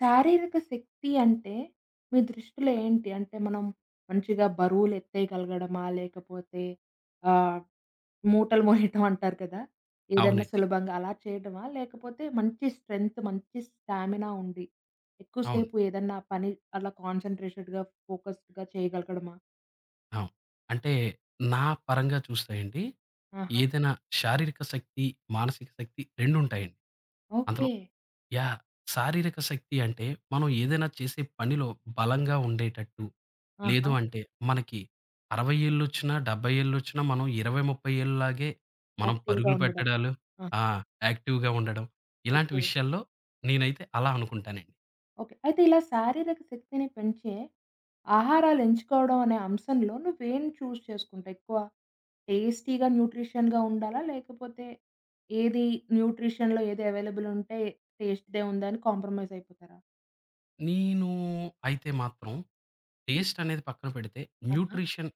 శారీరక శక్తి అంటే మీ దృష్టిలో ఏంటి? అంటే మనం మంచిగా బరువులు ఎత్తేయగలగడమా? లేకపోతే ఆహ్, మూటలు మోయటం అంటారు కదా! ఏదన్నా అవునండి. సులభంగా అలా చేయటమా? లేకపోతే మంచి స్ట్రెంగ్త్, మంచి స్టామినా ఉండి అవును. ఎక్కువసేపు ఏదన్నా పని అలా కాన్సంట్రేటెడ్‌గా, ఫోకస్డ్‌గా చేయగలగడమా? అవును. అంటే నా పరంగా చూస్తే అండి, ఆహా! ఏదైనా శారీరక శక్తి, మానసిక శక్తి రెండుంటాయండి. అందులో ఓకే. యాహ్! శారీరక శక్తి అంటే మనం ఏదైనా చేసే పనిలో బలంగా ఉండేటట్టు, లేదు ఆహా! అంటే మనకి 60 ఏళ్ళొచ్చినా, 70 ఏళ్ళొచ్చినా మనం 20, 30 ఏళ్ళలాగే మనం యాక్టివ్‌గా పరుగులు ఉండడం. పెట్టడాలు, ఆహా! ఆ! యాక్టివ్‌గా ఉండడం. ఇలాంటి ఓకే. విషయాల్లో నేనైతే అలా అనుకుంటానండి. ఓకే. అయితే ఇలా శారీరక శక్తిని పెంచే ఆహారాలు ఎంచుకోవడం అనే అంశంలో నువ్వేం చూజ్ చేసుకుంటావు? ఎక్కువ టేస్టీగా, న్యూట్రిషన్‌గా ఉండాలా? లేకపోతే ఏది న్యూట్రిషన్‌లో ఏది అవైలబుల్ ఉంటే టేస్ట్‌దే ఉందని కాంప్రమైజ్ అయిపోతారా? నేను అయితే మాత్రం టేస్ట్ అనేది పక్కన పెడితే ఆహా! న్యూట్రిషన్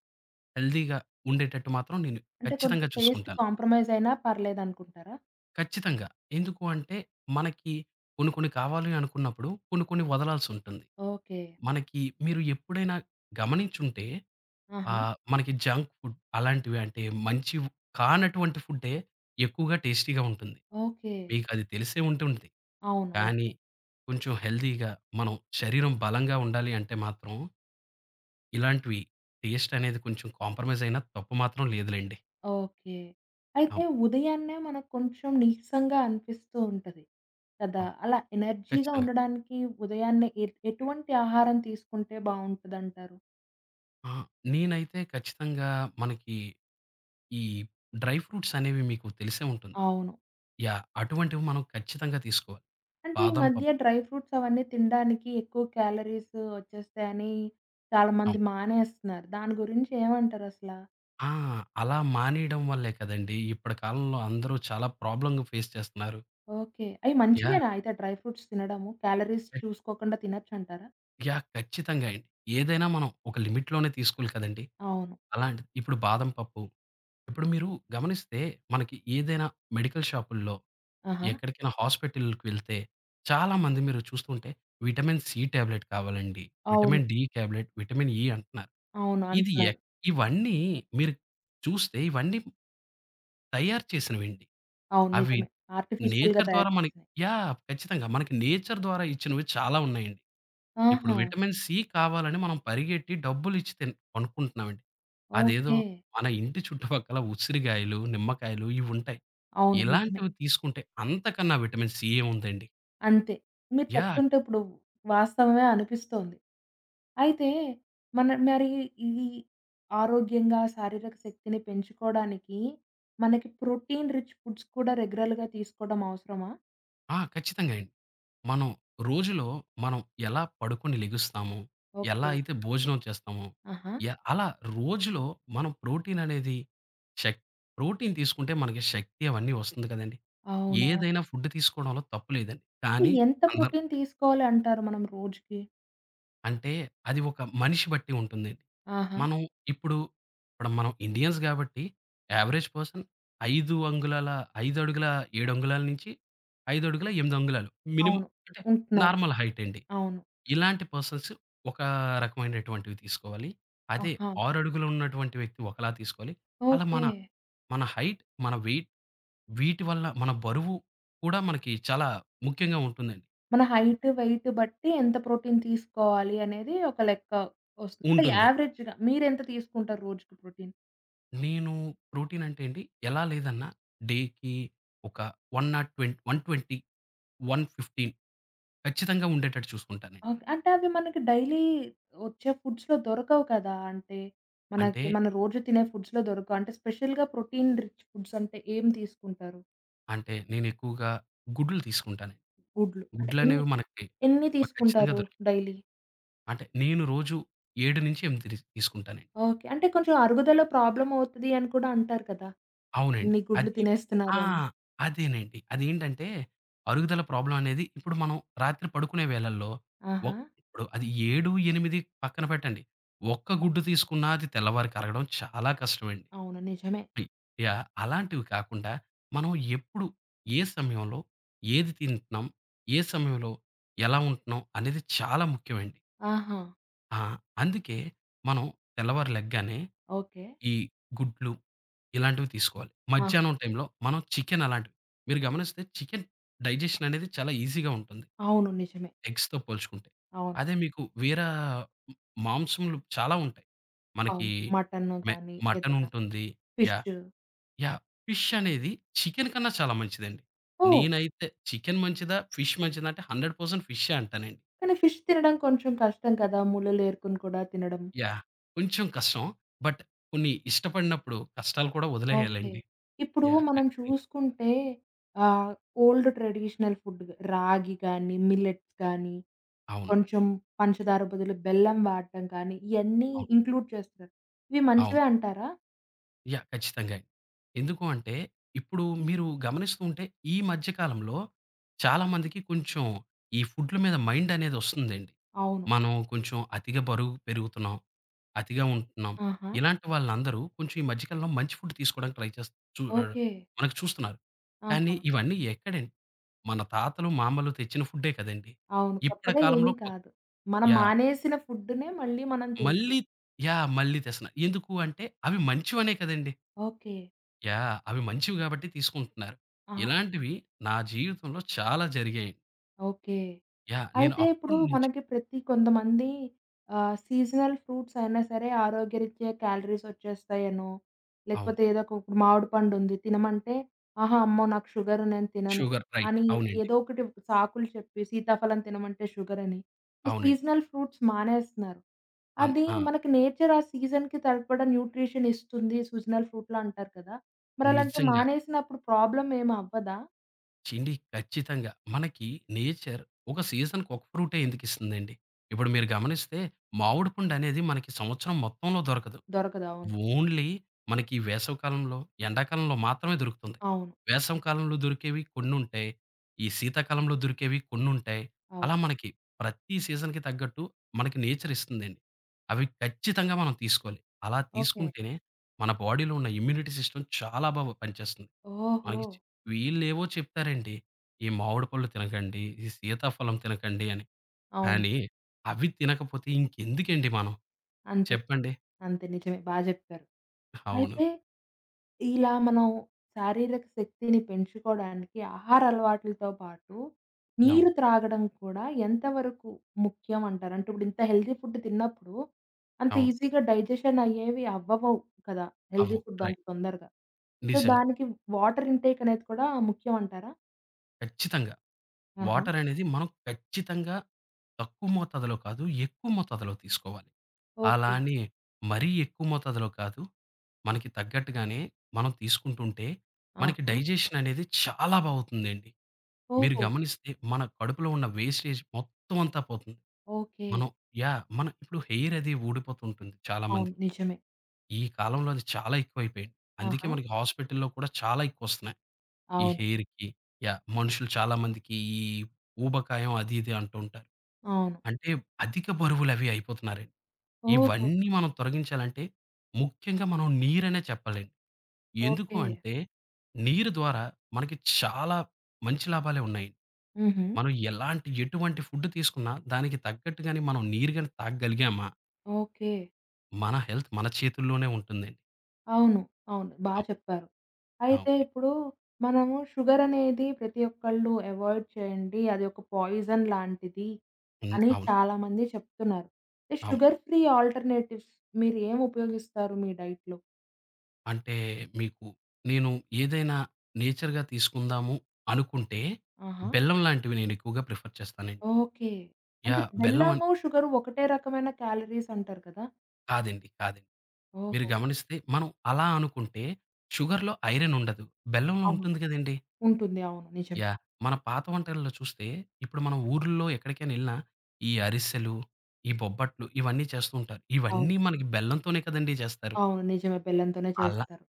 హెల్తీగా ఉండేటట్టు మాత్రం నేను అంటే కొంచెం ఖచ్చితంగా టేస్ట్ చూసుకుంటాను. కాంప్రమైజ్ అయినా పర్లేదనుకుంటారా? ఖచ్చితంగా. ఎందుకు అంటే, మనకి కొన్ని కొన్ని కావాలి అనుకున్నప్పుడు, కొన్ని కొన్ని వదలాల్సుంటుంది. ఓకే. మనకి మీరు ఎప్పుడైనా గమనించుంటే ఆహా! మనకి జంక్ ఫుడ్ అలాంటివి అంటే మంచి కానటువంటి ఫుడ్డే ఎక్కువగా టేస్టీగా ఉంటుంది. ఓకే. మీకది తెలిసే ఉంటుంది. అవును. కానీ కొంచెం హెల్తీగా మనం శరీరం బలంగా ఉండాలి అంటే మాత్రం ఇలాంటివి టేస్ట్ అనేది కొంచెం కాంప్రమైజ్ అయినా తప్పు మాత్రం లేదులెండి. ఓకే. అయితే అవును. ఉదయాన్నే మనకు కొంచెం నీరసంగా అనిపిస్తూ ఉంటది కదా! అవును. అలా ఎనర్జీగా ఖచ్చితంగా. ఉండడానికి ఉదయాన్నే ఎటువంటి ఆహారం తీసుకుంటే బావుంటదంటారు? ఆ! నేనైతే ఖచ్చితంగా మనకి ఈ డ్రై ఫ్రూట్స్ అనేవి మీకు తెలిసే ఉంటుంది. అవును. అటువంటివి మనం ఖచ్చితంగా తీసుకోవాలి. అంటే ఈ బాదం మధ్య పప్పు. డ్రై ఫ్రూట్స్ అవన్నీ తినడానికి ఎక్కువ క్యాలరీస్ వచ్చేస్తాయని చాలా మంది అవును. మానేస్తున్నారు. దాని గురించి ఏమంటారసలా? ఆ! అలా మానేయడం వల్లే కదండీ! ఇప్పటి కాలంలో అందరూ చాలా ప్రాబ్లమ్‌ని ఫేస్ చేస్తున్నారు. ఓకే. అయి యాహ్! మంచివేనా అయితే డ్రై ఫ్రూట్స్ తినడము? క్యాలరీస్ ఖచ్ చూసుకోకుండా తినొచ్చంటారా? యాహ్! ఖచ్చితంగా అండి. ఏదైనా మనం ఒక లిమిట్‌లోనే తీసుకోవాలి కదండీ! అవును. అలాంటిది ఇప్పుడు బాదం పప్పు ఇప్పుడు మీరు గమనిస్తే మనకి ఏదైనా మెడికల్ షాపుల్లో ఆహా! ఎక్కడికైనా హాస్పిటల్‌కి వెళ్తే చాలామంది మీరు చూస్తుంటే విటమిన్ సి టాబ్లెట్ కావాలండి. అవును. Vitamin D tablet, vitamin E అంటున్నారు. అవును. ఇది అంటున్నారు. ఎక్ ఇవన్నీ మీరు చూస్తే ఇవన్నీ తయారు చేసినవండి. అవును. అవి నిజమే. ఆర్టిఫిషియల్‌గా నేచర్ ద్వారా తయారు మనకి చేసినయి. ఖచ్చితంగా. మనకి నేచర్ ద్వారా ఇచ్చినవి చాలా ఉన్నాయండి. ఇప్పుడు ఆహా! విటమిన్ సి కావాలని మనం పరిగెట్టి డబ్బులిచ్చి కొనుక్కుంటున్నామండి. అదేదో ఓకే. మన ఇంటి చుట్టుపక్కల ఉసిరిగాయలు, నిమ్మకాయలు ఇవుంటాయి. అవును. నిజమే. ఇలాంటివి తీసుకుంటే అంతకన్నా విటమిన్ సి ఏముందండి. అంతే. మీరు యాహ్! చెప్తుంటే ఇప్పుడు వాస్తవమే అనిపిస్తోంది. అయితే మరి ఇది ఆరోగ్యంగా శారీరక శక్తిని పెంచుకోవడానికి మనకి ప్రోటీన్ రిచ్ ఫుడ్స్ కూడా రెగ్యులర్‌గా తీసుకోవడం అవసరమా? ఆ! ఖచ్చితంగా అండి. మనం రోజులో మనం ఎలా పడుకొని లెగుస్తాము, ఎలా ఓకే. అయితే భోజనం చేస్తాము, ఆహా! అలా రోజులో మనం ప్రోటీన్ అనేది శక్ ప్రోటీన్ తీసుకుంటే మనకి శక్తి అవన్నీ వస్తుంది కదండీ! అవునా? ఏదైనా ఫుడ్ తీసుకోవడంలో తప్పు లేదండి. అంటే కానీ ఎంత అందరూ ప్రోటీన్ తీసుకోవాలి అంటారు మనం రోజుకి? అంటే అది ఒక మనిషి బట్టి ఉంటుందండి. ఆహా! మనం ఇప్పుడు, ఇప్పుడు మనం ఇండియన్స్ కాబట్టి యావరేజ్ పర్సన్ 5 అంగుళాల 5 అడుగుల 7 అంగుళాల నుంచి 5 అడుగుల 8 అంగుళాలు మినిమం అవును. అంటే ఉంటున్నారు. నార్మల్ హైట్ అండి. అవును. ఇలాంటి పర్సన్స్ ఒక రకమైనటువంటివి తీసుకోవాలి. అదే ఆహా! 6 అడుగులు ఉన్నటువంటి వ్యక్తి ఒకలా తీసుకోవాలి. అలా ఓకే. మన హైట్, మన వెయిట్ వీటి వల్ల మన బరువు కూడా మనకి చాలా ముఖ్యంగా ఉంటుందండి. మన హైట్, వెయిట్ బట్టి ఎంత ప్రోటీన్ తీసుకోవాలి అనేది ఒక లెక్క వస్తుంది. అంటే ఉంటుంది. యావరేజ్‌గా మీరెంత తీసుకుంటారు రోజుకి ప్రోటీన్? నేను ప్రోటీన్ అంటే అండి ఎలా లేదన్నా డేకి ఒక 120, 120, 115 ఖచ్చితంగా ఉండేటట్టు చూసుకుంటానండి. ఓకే. అంటే అవి మనకి డైలీ వచ్చే ఫుడ్స్‌లో దొరకవు కదా! అంటే అంటే, మనకి మన రోజు తినే ఫుడ్స్‌లో దొరకవు. అంటే స్పెషల్‌గా ప్రోటీన్ రిచ్ ఫుడ్స్ అంటే ఏం తీసుకుంటారు? అంటే నేను ఎక్కువగా గుడ్లు తీసుకుంటానండి. గుడ్లు అంటే ఎన్ని గుడ్లనేవి మనకి ఎన్ని ఖచ్చితంగా తీసుకుంటారు దొరుకుతాయి. డైలీ? అంటే నేను రోజు 7-8 తీసుకుంటానండి. ఓకే. అంటే కొంచెం అరుగుదల ప్రాబ్లమ్ అవుతది అని కూడా అంటారు కదా! అవునండి. ఇన్ని గుడ్లు అది ఆ! తినేస్తున్నారని. అదేనండి. అదేంటంటే అరుగుదల ప్రాబ్లమ్ అనేది ఇప్పుడు మనం రాత్రి పడుకునే వేళల్లో ఆహా! ఇప్పుడు అది 7, 8 పక్కన పెట్టండి. ఒక్క గుడ్డు తీసుకున్నా అది తెల్లవారి కరగడం చాలా కష్టమండి. అవును. నిజమే. అలాంటివి కాకుండా మనం ఎప్పుడు, ఏ సమయంలో ఏది తింటున్నాం? ఏ సమయంలో ఎలా ఉంటున్నాం అనేది చాలా ముఖ్యమండి. ఆహా! ఆ! అందుకే మనం తెల్లవారు లెగ్గానే ఓకే. ఈ గుడ్లు ఇలాంటివి తీసుకోవాలి. ఆ! మధ్యాహ్నం టైంలో మనం చికెన్ అలాంటివి మీరు గమనిస్తే చికెన్ డైజెషన్ అనేది చాలా ఈజీగా ఉంటుంది. అవును. నిజమే. ఎగ్స్‌తో పోల్చుకుంటే. అవును. అదే మీకు వేరే హ్మ్, మాంసములు చాలా ఉంటాయి. మనకి అవును. మటను మె గాని మటన్ ఏదన్నా ఉంటుంది. ఫిష్. యాహ్! యాహ్! ఫిష్ అనేది చికెన్ కన్నా చాలా మంచిదండి. ఓహ్! నేనైతే చికెన్ మంచిదా? ఫిష్ మంచిదా? అంటే 100% ఫిష్షే అంటానండి. కానీ ఫిష్ తినడం కొంచెం కష్టం కదా! ముళ్ళలు ఏరుకొని కూడా తినడం. యాహ్! కొంచెం కష్టం. బట్ కొన్ని ఇష్టపడినప్పుడు కష్టాలు కూడా ఓకే. వదిలేయాలండి. ఇప్పుడు మనం ఖచ్చితంగా. చూసుకుంటే ఆహ్, ఓల్డ్ ట్రెడిషనల్ ఫుడ్ రాగి గాని, మిల్లెట్స్ గాని, అవును. కొంచెం పంచదార బదులు బెల్లం వాడటం కానీ ఇయన్నీ అవును. ఇంక్లూడ్ చేస్తున్నారు. ఇవి అవును. మంచివే అంటారా? ఖచ్చితంగా. ఎందుకు అంటే, ఇప్పుడు మీరు గమనిస్తూ ఉంటే ఈ మధ్య కాలంలో చాలామందికి కొంచెం ఈ ఫుడ్‌ల మీద మైండ్ అనేది వస్తుందండి. అవును. మనం కొంచెం అతిగా బరువు పెరుగుతున్నాం, అతిగా ఉంటున్నాం. ఆహా! ఇలాంటి వాళ్ళందరూ కొంచెం ఈ మధ్య కాలంలో మంచి ఫుడ్ తీసుకోవడానికి ట్రై చేస్త్ చు ఆహ్, ఓకే. మనకు చూస్తున్నారు. కానీ ఆహా! ఇవన్నీ ఎక్కడండి? మన తాతలు, మామలు తెచ్చిన ఫుడ్డే కదండీ! అవును. ఇప్పటి కొత్తగా ఏమీ కాలంలో కొత్ కాదు. మనం యాహ్! మానేసిన ఫుడ్‌నే మళ్ళీ మనం తింటున్నాం. మళ్ళీ యాహ్! మళ్ళీ తెస్తున్నారు. ఎందుకు అంటే అవి మంచివనే కదండీ! ఓకే. అవి మంచివి గాబట్టి తీసుకుంటున్నారు. ఆహా! ఇలాంటివి నా జీవితంలో చాలా జరిగాయి. ఓకే. నేను అయితే ఇప్పుడు అప్పటి నుంచి మనకి ప్రతి కొంతమంది సీజనల్ ఫ్రూట్స్ అయినా సరే ఆరోగ్యరీత్యా క్యాలరీస్ వచ్చేస్తాయనో, అవును. లేకపోతే ఏదో ఒక ఇప్పుడు మామిడి పండు ఉంది తినమంటే, "ఆహా! అమ్మో! నాకు షుగర్, నేను తినను" షుగర్ రైట్. అని అవునండి. ఏదో ఒకటి సాకులు చెప్పి సీతాఫలం తినమంటే షుగర్ అని. ఈ అవునండి. సీజనల్ ఫ్రూట్స్ మానేస్తున్నారు. అన్ అది ఆ! మనకి నేచర్ ఆ సీజన్‌కి సరిపడ న్యూట్రిషన్ ఇస్తుంది సీజనల్ ఫ్రూట్‌లో అంటారు కదా! మరి అలాంటివి నిజంగా మానేసినప్పుడు ప్రాబ్లమ్ ఏమి అవ్వదా? ఖచ్చితంగా. మనకి నేచర్ ఒక సీజన్‌కి ఒక ఫ్రూటే ఎందుకిస్తుందండి? ఇప్పుడు మీరు గమనిస్తే మామిడి పండనేది మనకి సంవత్సరం మొత్తంలో దొరకదు. దొరకదు. అవును. ఓన్లీ మనకి ఈ వేసవి కాలంలో, ఎండాకాలంలో మాత్రమే దొరుకుతుంది. అవును. వేసవి కాలంలో దొరికేవి కొన్నుంటాయి. ఈ శీతాకాలంలో దొరికేవి కొన్నుంటాయి. అవును. అలా మనకి ప్రతి సీజన్‌కి తగ్గట్టు మనకి నేచర్ ఇస్తుందండి. అవి ఖచ్చితంగా మనం తీసుకోవాలి. అలా ఓకే. తీసుకుంటేనే మన బాడీలో ఉన్న ఇమ్యూనిటీ సిస్టమ్ చాలా బాగా పనిచేస్తుంది. ఓహో! మనకి చ్ వీళ్ళేవో చెప్తారండి. ఈ మామిడి పళ్ళు తినకండి, ఈ సీతాఫలం తినకండి అని. అవును. కానీ అవి తినకపోతే ఇంకెందుకండి మనం అంతే. చెప్పండి? అంతే. నిజమే. బా జెప్పారు. అవును. అయితే ఇలా మనం శారీరక శక్తిని పెంచుకోవడానికి ఆహార అలవాట్లతో పాటు అవును. నీరు త్రాగడం కూడా ఎంతవరకు ముఖ్యం అంటారు? అంటే ఇప్పుడు ఇంత హెల్తీ ఫుడ్ తిన్నప్పుడు అంత అవును. ఈజీగా డైజెషన్ అయ్యేవి అవ్వవు కదా! హెల్తీ అవ్వవు. ఫుడ్ అంత రైట్. తొందరగా. సో, నిజంగా. దానికి వాటర్ ఇంటేక్ అనేది కూడా ముఖ్యం అంటారా? ఖచ్చితంగా. ఆహా! వాటరనేది మనం ఖచ్చితంగా తక్కువ మోతాదులో కాదు, ఎక్కువ మోతాదులో తీసుకోవాలి. అలా ఓకే. అని మరీ ఎక్కువ మోతాదులో కాదు. మనకి తగ్గట్టుగానే మనం తీసుకుంటుంటే, మనకి ఆహా! డైజెషన్ అనేది చాలా బావుతుందండి. మీరు ఓహో! గమనిస్తే మన కడుపులో ఉన్న వేస్టేజ్ మొత్తం అంతా పోతుంది. ఓకే. మనం మనం ఇప్పుడు హెయిర్ అది ఊడిపోతుంటుంది చాలా అవును. మందికి. నిజమే. ఈ కాలంలో అది చాలా ఎక్కువైపోయింది. అందుకే ఆహా! మనకి హాస్పిటల్‌లో కూడా చాలా ఎక్కువొస్తున్నాయి. ఈ అవును. హెయిర్‌కి మనుషులు చాలామందికి ఈ ఊబకాయం అది ఇది అంటూ ఉంటారు. అవును. అంటే అధిక బరువులవి అయిపోతున్నారండి. ఓహో! ఇవన్నీ మనం తొలగించాలంటే ముఖ్యంగా మనం నీరనే చెప్పాలండి. ఎందుకు ఓకే. అంటే నీరు ద్వారా మనకి చాలా మంచి లాభాలే ఉన్నాయి. హుహు. మనం ఎటువంటి ఫుడ్ తీసుకున్నా దానికి తగ్గట్టుగానే మనం నీరు గాని తాగగలిగామా ఓకే. మన హెల్త్ మన చేతుల్లోనే ఉంటుందండి. అవును. అవును. బా అవ్ చెప్పారు. అయితే అవును. ఇప్పుడు మనము షుగర్ అనేది ప్రతి ఒక్కళ్ళు అవాయిడ్ చేయండి. అది ఒక పాయిజన్ లాంటిది అని అవును. చాలామంది చెప్తున్నారు. ఈ అవును. షుగర్ ఫ్రీ ఆల్టర్‌నేటివ్స్ మీరు ఏం ఉపయోగిస్తారు మీ డైట్‌లో? అంటే మీకు నేను ఏదైనా నేచర్‌గా తీసుకుందాము అనుకుంటే, ఆహా! బెల్లం లాంటివి నేను ఎక్కువగా ప్రిఫర్ చేస్తానండి. ఓకే. అంటే యాహ్! బెల్లం అన్ బెల్లము, షుగరు ఒకటే రకమైన క్యాలరీస్ అంటారు కదా! కాదండి. కాదండి. మీరు ఓహో! గమనిస్తే మనం అలా అనుకుంటే షుగర్‌లో ఐరన్ ఉండదు. బెల్లంలో అవును. ఉంటుంది కదండీ! ఉంటుంది. అవును. నిజమే. యాహ్! మన పాత వంటల్లో చూస్తే ఇప్పుడు మనం ఊర్లలో ఎక్కడికైనా ఎళ్ళినా ఈ అరిసెలు, ఈ బొబ్బట్లు ఇవన్నీ చేస్తూ ఉంటారు. అవును. ఇవన్నీ మనకి బెల్లంతోనే కదండీ చేస్తారు. అవును. నిజమే. బెల్లంతోనే అలా చేస్తారు.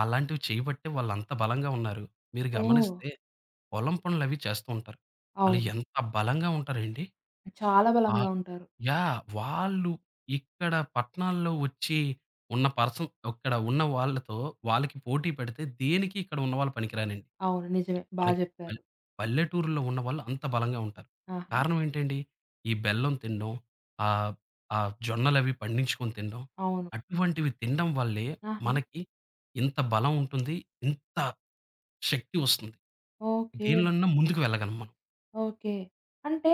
అలాంటివి చేయబట్టే వాళ్ళంత బలంగా ఉన్నారు. మీరు ఓహ్! గమనిస్తే పొలం పనులవి చేస్తూ ఉంటారు. ఆళ్ళు అవును. ఎంత బలంగా ఉంటారండి. చాలా బలంగా ఆహ్, ఉంటారు. యాహ్! వాళ్ళు ఇక్కడ పట్టణాల్లో వచ్చి ఉన్న పర్సన్ ఇక్కడ ఉన్న వాళ్ళతో వాళ్ళకి పోటీ పెడితే దేనికి ఇక్కడ ఉన్నవాళ్ళు పనికిరారండి. అవును. నిజమే. బా మనకి జెప్పారు. పల్ పల్లెటూరులో ఉన్నవాళ్ళు అంత బలంగా ఉంటారు. ఆహా! హ్మ్. కారణం ఏంటండి? ఈ బెల్లం తినడం, ఆహ్, ఆహ్, జొన్నలవి పండించుకొని తినడం. అవును. అటువంటివి తినడం వల్లే ఆహా! మనకి ఇంత బలం ఉంటుంది. ఇంత శక్తి వస్తుంది. ఓకే. దేనిలోనన్నా ముందుకు వెళ్ళగలం మనం. ఓకే. అంటే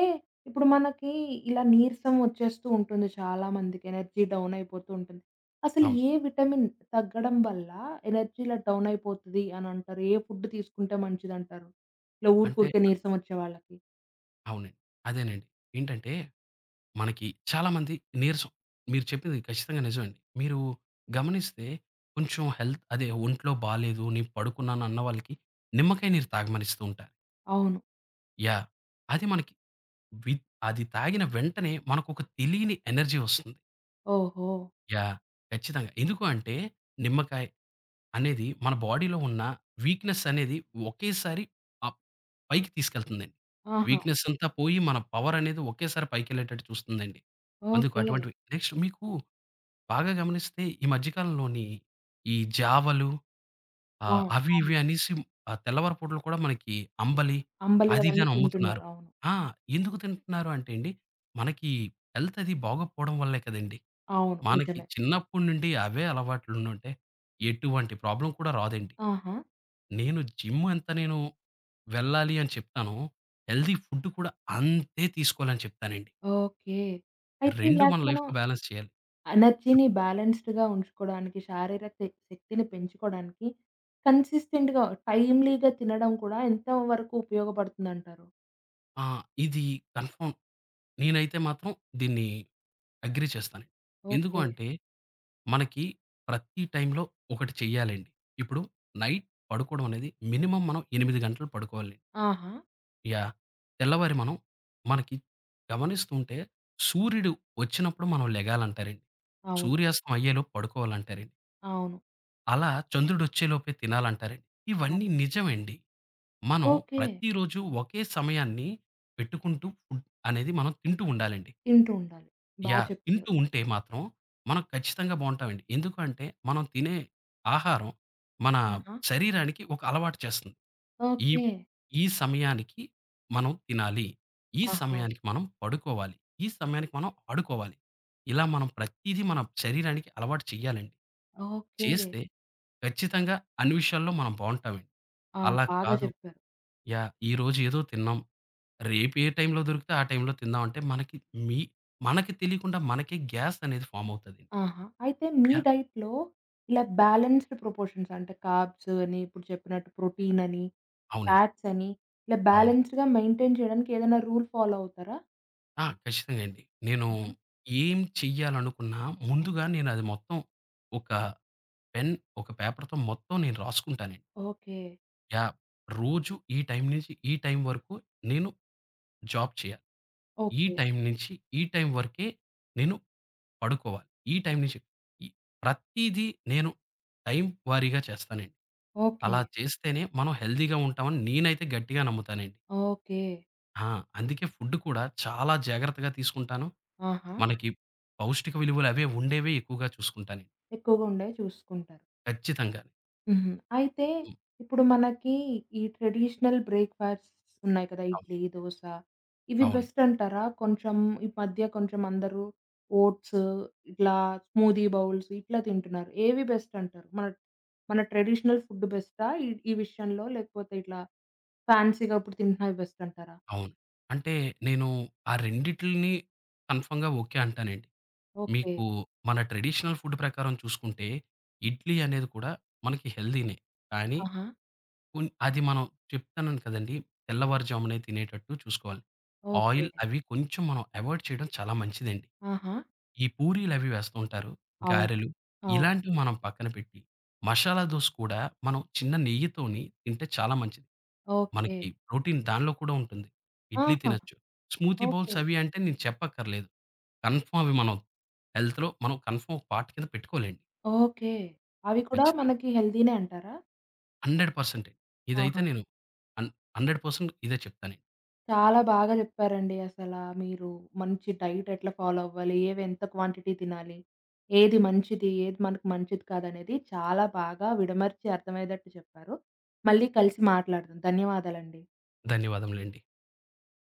ఇప్పుడు మనకి ఇలా నీరసం వచ్చేస్తూ ఉంటుంది చాలా మందికి. ఎనర్జీ డౌన్ అయిపోతూ ఉంటుంది. అసలు అవును. ఏ విటమిన్ తగ్గడం వల్ల ఎనర్జీ ఇలా డౌన్ అయిపోతది అని అంటారు? ఏ ఫుడ్ తీసుకుంటే మంచిదంటారు? ఇలా అంటే ఊరికూరికే అ నీరసం వచ్చే వాళ్ళకి? అవునండి. అదేనండి. ఏంటంటే మనకి చాలామంది నీరసం మీరు చెప్పింది ఖచ్చితంగా నిజమండి. మీరు గమనిస్తే కొంచెం హెల్త్ అదే ఒంట్లో బాలేదు, నేను పడుకున్నాను అన్న వాళ్ళకి నిమ్మకాయ నీరు తాగమనిస్తూ ఉంటారు. అవును. యాహ్! అది మనకి వి అది తాగిన వెంటనే మనకొక తెలియని ఎనర్జీ వస్తుంది. ఓహో! యాహ్! ఖచ్చితంగా. ఎందుకు అంటే నిమ్మకాయ అనేది మన బాడీలో ఉన్న వీక్‌నెస్ అనేది ఒకేసారి అప్ పైకి తీసుకెళ్తుందండి. ఆహా! వీక్‌నెస్ అంతా పోయి మన పవర్ అనేది ఒకేసారి పైకెళ్ళేటట్టు చూస్తుందండి. అందుకు ఓకే. అటువంటివి నెక్స్ట్ మీకు బాగా గమనిస్తే ఈ మధ్య కాలంలోని ఈ జావలు ఆ! అవి అవును. ఇవి అనేసి తెల్లవారి పూటలు కూడా మనకి అంబలి అంబలి అది ఇది అవన్నీ అని అమ్ముతున్నారు. తింటున్నారు. అవును. ఆ! ఎందుకు తింటున్నారు అంటే అండి, మనకి హెల్త్ అది బాగోకపోవడం వల్లే కదండీ! అవును. మనకి నిజమే. చిన్నప్పటి నుండి అవే అలవాట్లు ఉండుంటే ఎటువంటి ప్రాబ్లమ్ కూడా రాదండి. ఆహా! నేను జిమ్ ఎంత నేను వెళ్ళాలి అని చెప్తానో, హెల్తీ ఫుడ్ కూడా అంతే తీసుకోవాలని చెప్తానండి. ఓకే. అయితే 2 ఇలాగ మన మనం లైఫ్‌లో బాలన్స్ చేయాలి. ఎనర్జీని చెప్పండి. బ్యాలెన్స్‌డ్‌గా ఉంచుకోడానికి, శారీరక శక్ శక్తిని పెంచుకోడానికి కన్సిస్టెంట్‌గా, టైమ్‌లీగా తినడం కూడా ఎంత వరకు ఉపయోగపడుతుందంటారు? ఆ! ఇది కన్ఫర్మ్ నేనైతే మాత్రం దీన్ని అగ్రీ చేస్తాను. ఎందుకు ఓకే. అంటే, మనకి ప్రతి టైంలో ఒకటి చెయ్యాలండి. ఇప్పుడు నైట్ పడుకోవడం అనేది మినిమమ్ మనం 8 గంటలు పడుకోవాలి. ఆహా! యాహ్! తెల్లవారి మనం మనకి గమనిస్తుంటే సూర్యుడు వచ్చినప్పుడు మనం లెగాలంటారండి. అవును. సూర్యాస్తం అయ్యేలోపు పడుకోవాలంటారండి. అవును. అలా చంద్రుడొచ్చేలోపే తినాలంటారండి. ఇవన్నీ అవును. నిజమండి. మనం ఓకే. ప్రతిరోజు ఒకే సమయాన్ని పెట్టుకుంటూ ఫుడ్ అనేది మనం తింటూ ఉండాలండి. తింటూ ఉండాలి. బా చెప్పారు. తింటూ ఉంటే మాత్రం మనం ఖచ్చితంగా బావుంటామండి. ఎందుకు అంటే మనం తినే ఆహారం మన ఆహా! శరీరానికి ఒక అలవాటు చేస్తుంది. ఈ ఓకే. ఈ సమయానికి మనం తినాలి. ఈ ఆహా! సమయానికి మనం పడుకోవాలి. ఈ సమయానికి మనం ఆడుకోవాలి. ఇలా మనం ప్రతీదీ మన శరీరానికి అలవాటు చేయాలండి. ఓకే. చేస్తే ఖచ్చితంగా అన్ని విషయాల్లో మనం బావుంటామండి. ఆ! అలా బాగా కాదు చెప్పారు. ఈరోజు ఏదో తిన్నాం. రేపు ఏ టైంలో దొరికితే ఆ టైంలో తిందాం అంటే మీ మనకి తెలియకుండా మనకే గ్యాస్ అనేది ఫార్మ్ అవుతది. ఆహా! అయితే మీ యాహ్! డైట్‌లో ఇలా బ్యాలెన్స్‌డ్ ప్రపోర్షన్స్ అంటే కార్బ్స్ అని, ఇప్పుడు చెప్పినట్టు ప్రోటీన్ అని అవునండి. ఫ్యాట్స్ అని ఇలా అవునండి. బ్యాలెన్స్‌డ్‌గా మెయింటైన్ చేయడానికి ఏదైనా రూల్ ఫాలో అవుతారా? ఖచ్చితంగా అండి. నేను హుహు. ఏం చెయ్యాలనుకున్నా ముందుగా నేను అది మొత్తం ఒక పెన్, ఒక పేపర్‌తో మొత్తం నేను రాసుకుంటానండి. ఓకే. యాహ్! రోజు ఈ టైం నుంచి ఈ టైం వరకు నేను జాబ్ చేయాలి. ఈ ఓకే. టైం నుంచి ఈ టైం వరకే నేను పడుకోవాలి. ఈ టైం నుంచి ఈ ప్రతీదీ నేను టైం వారీగా చేస్తానండి. ఓకే. అలా చేస్తేనే మనం హెల్తీగా ఉంటామని నేనైతే గట్టిగా నమ్ముతానండి. ఓకే. ఆ! అందుకే ఫుడ్ కూడా చాలా జాగ్రత్తగా తీసుకుంటాను. ఆహా! మనకి పౌష్టిక విలువలు అవే ఉండేవే ఎక్కువగా చూసుకుంటానండి. ఎక్కువగా ఉండేవి చూసుకుంటారు. ఖచ్చితంగానే. హుహు. అయితే హ్మ్. ఇప్పుడు మనకి ఈ ట్రెడిషనల్ బ్రేక్‌ఫాస్ట్స్ ఉన్నాయి కదా! అవును. ఇడ్లీ, దోస ఇవి అవునండి. బెస్ట్ అంటారా? ఈ మధ్య కొంచెం అందరూ ఓట్స్ ఇట్లా స్మూదీ బౌల్స్ ఇట్లా తింటున్నారు. ఏవి బెస్ట్ అంటారు? మన మన ట్రెడిషనల్ ఫుడ్ బెస్టా? ఈ ఈ విషయంలో లేకపోతే ఇట్లా ఫ్యాన్సీ‌గా ఇప్పుడు తింటున్నవి బెస్ట్ అంటారా? అవును. అంటే నేను ఆ రెండిటిలిని కన్ఫర్మ్‌గా ఓకే అంటానండి. ఓకే. మీకు మన ట్రెడిషనల్ ఫుడ్ ప్రకారం చూసుకుంటే, ఇడ్లీ అనేది కూడా మనకి హెల్తీనే. కానీ ఆహా! కొన్ అది మనం చెప్తున్నాను కదండీ! తెల్లవారుజామునే తినేటట్టు చూసుకోవాలి. ఓకే. ఆయిల్ అవి కొంచెం మనం అవాయిడ్ చేయడం చాలా మంచిదండి. ఆహా! ఈ పూరీలవి వేస్తూ ఉంటారు. అవును. గారెలు అవును. ఇలాంటివి మనం పక్కన పెట్టి, మసాలా దోస కూడా మనం చిన్న నెయ్యితోని తింటే చాలా మంచిది. ఓకే. మనకి ప్రోటీన్ దానిలో కూడా ఉంటుంది. ఇడ్లీ ఆహా! తినొచ్చు. Smoothie okay. బౌల్స్ అవి అంటే నేను చెప్పక్కర్లేదు. కన్ఫర్మ్ అవి మనం హెల్త్‌లో మనం కన్ఫర్మ్ ఒక పార్ట్ కింద పెట్టుకోవాలండి. ఓకే. అవి కూడా ఖచ్చితంగా. మనకి హెల్తీనే అంటారా? 100% ఇదైతే ఆహా! నేను హన్ 100% ఇదే చెప్తాను. చాలా బాగా చెప్పారండి అసలా. మీరు మంచి డైట్ ఎట్లా ఫాలో అవ్వాలి? ఏవి ఎంత క్వాంటిటీ తినాలి? ఏది మంచిది? ఏది మనకు మంచిది కాదనేది చాలా బాగా విడమర్చి అర్థమయ్యేటట్టు చెప్పారు. మళ్ళీ కలిసి మాట్లాడదాం. ధన్యవాదాలండి. ధన్యవాదములండి.